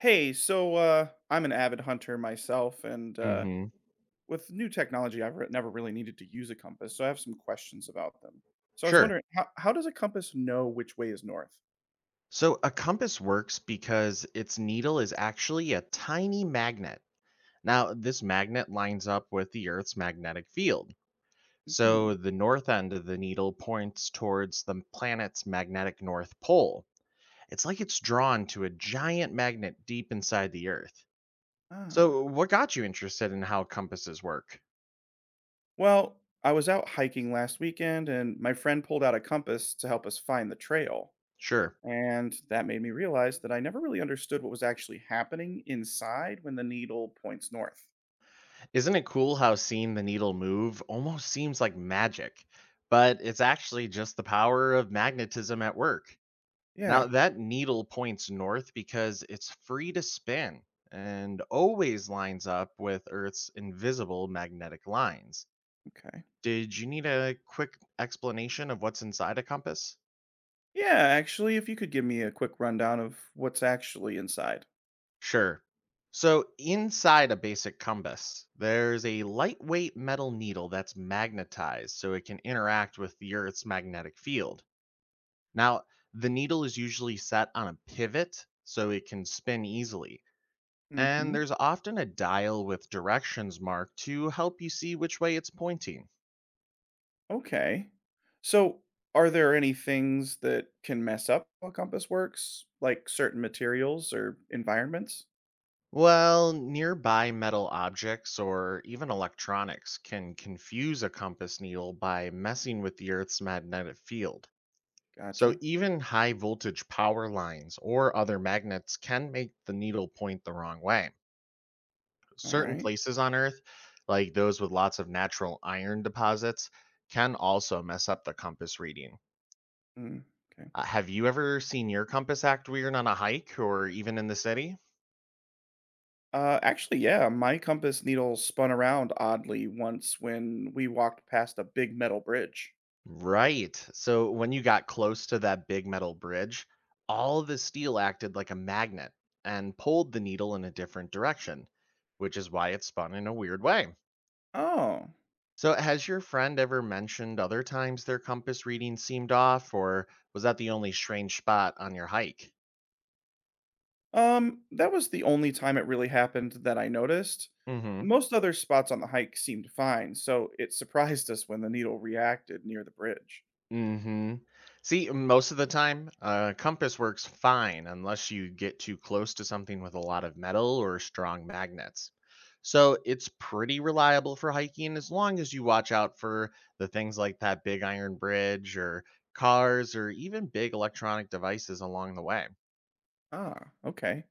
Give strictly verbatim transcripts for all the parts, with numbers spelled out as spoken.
Hey, so uh, I'm an avid hunter myself, and uh, Mhm. with new technology, I've re- never really needed to use a compass, so I have some questions about them. So I was Sure. wondering, how, how does a compass know which way is north? So a compass works because its needle is actually a tiny magnet. Now, this magnet lines up with the Earth's magnetic field. So Hmm. the north end of the needle points towards the planet's magnetic north pole. It's like it's drawn to a giant magnet deep inside the Earth. Ah. So, what got you interested in how compasses work? Well, I was out hiking last weekend, and my friend pulled out a compass to help us find the trail. Sure. And that made me realize that I never really understood what was actually happening inside when the needle points north. Isn't it cool how seeing the needle move almost seems like magic, but it's actually just the power of magnetism at work? Now, Yeah, that needle points north because it's free to spin and always lines up with Earth's invisible magnetic lines. okay. Did you need a quick explanation of what's inside a compass? Yeah, actually, if you could give me a quick rundown of what's actually inside. Sure. So, inside a basic compass, there's a lightweight metal needle that's magnetized so it can interact with the Earth's magnetic field. Now, the needle is usually set on a pivot so it can spin easily. And Mm-hmm. there's often a dial with directions marked to help you see which way it's pointing. Okay. So, are there any things that can mess up how a compass works, like certain materials or environments? Well, nearby metal objects or even electronics can confuse a compass needle by messing with the Earth's magnetic field. So, Gotcha. even high voltage power lines or other magnets can make the needle point the wrong way. All Certain right. places on Earth, like those with lots of natural iron deposits, can also mess up the compass reading. Mm, okay. Uh, have you ever seen your compass act weird on a hike or even in the city? Uh, actually, yeah, my compass needle spun around oddly once when we walked past a big metal bridge. Right. So when you got close to that big metal bridge, all the steel acted like a magnet and pulled the needle in a different direction, which is why it spun in a weird way. Oh. So has your friend ever mentioned other times their compass reading seemed off, or was that the only strange spot on your hike? Um, that was the only time it really happened that I noticed. Mhm. Most other spots on the hike seemed fine, so it surprised us when the needle reacted near the bridge. Mhm. See, most of the time, a compass works fine unless you get too close to something with a lot of metal or strong magnets. So it's pretty reliable for hiking as long as you watch out for the things like that big iron bridge or cars or even big electronic devices along the way. Ah, okay.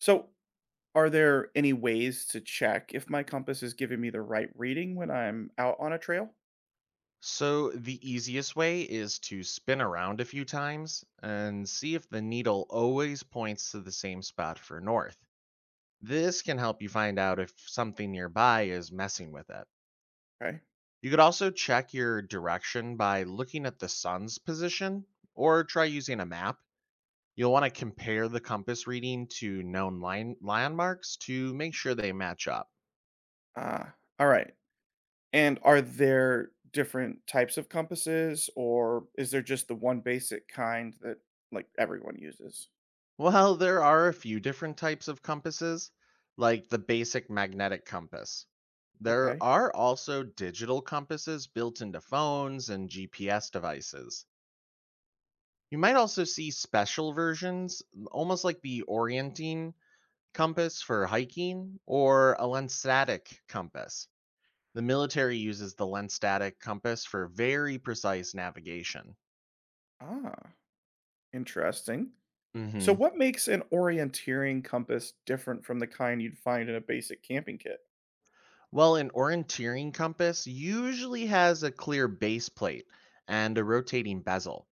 So, are there any ways to check if my compass is giving me the right reading when I'm out on a trail? So the easiest way is to spin around a few times and see if the needle always points to the same spot for north. This can help you find out if something nearby is messing with it. Okay. You could also check your direction by looking at the sun's position or try using a map. You'll want to compare the compass reading to known line- landmarks to make sure they match up. Ah, all right. And are there different types of compasses, or is there just the one basic kind that like everyone uses? Well, there are a few different types of compasses, like the basic magnetic compass. There Okay. are also digital compasses built into phones and G P S devices. You might also see special versions, almost like the orienting compass for hiking or a lens static compass. The military uses the lens static compass for very precise navigation. Ah, interesting. So, hmm what makes an orienteering compass different from the kind you'd find in a basic camping kit? Well, an orienteering compass usually has a clear base plate and a rotating bezel.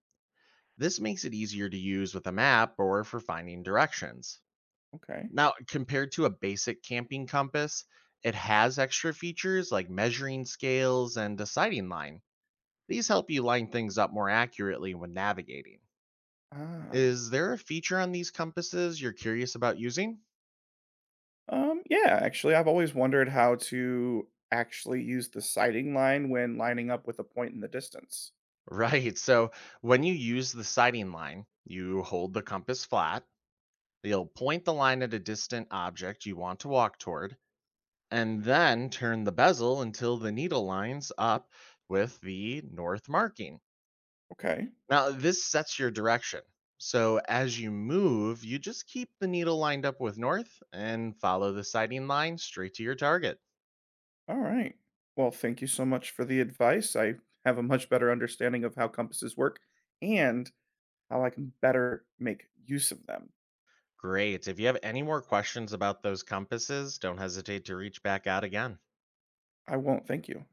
This makes it easier to use with a map or for finding directions. Okay. Now, compared to a basic camping compass, it has extra features like measuring scales and a sighting line. These help you line things up more accurately when navigating. Ah. Is there a feature on these compasses you're curious about using? Um, yeah, actually, I've always wondered how to actually use the sighting line when lining up with a point in the distance. Right, so when you use the sighting line, you hold the compass flat, you'll point the line at a distant object you want to walk toward, and then turn the bezel until the needle lines up with the north marking. Okay. Now, this sets your direction. So, as you move, you just keep the needle lined up with north and follow the sighting line straight to your target. All right. Well, thank you so much for the advice. I have a much better understanding of how compasses work and how I can better make use of them. Great. If you have any more questions about those compasses, don't hesitate to reach back out again. I won't thank you.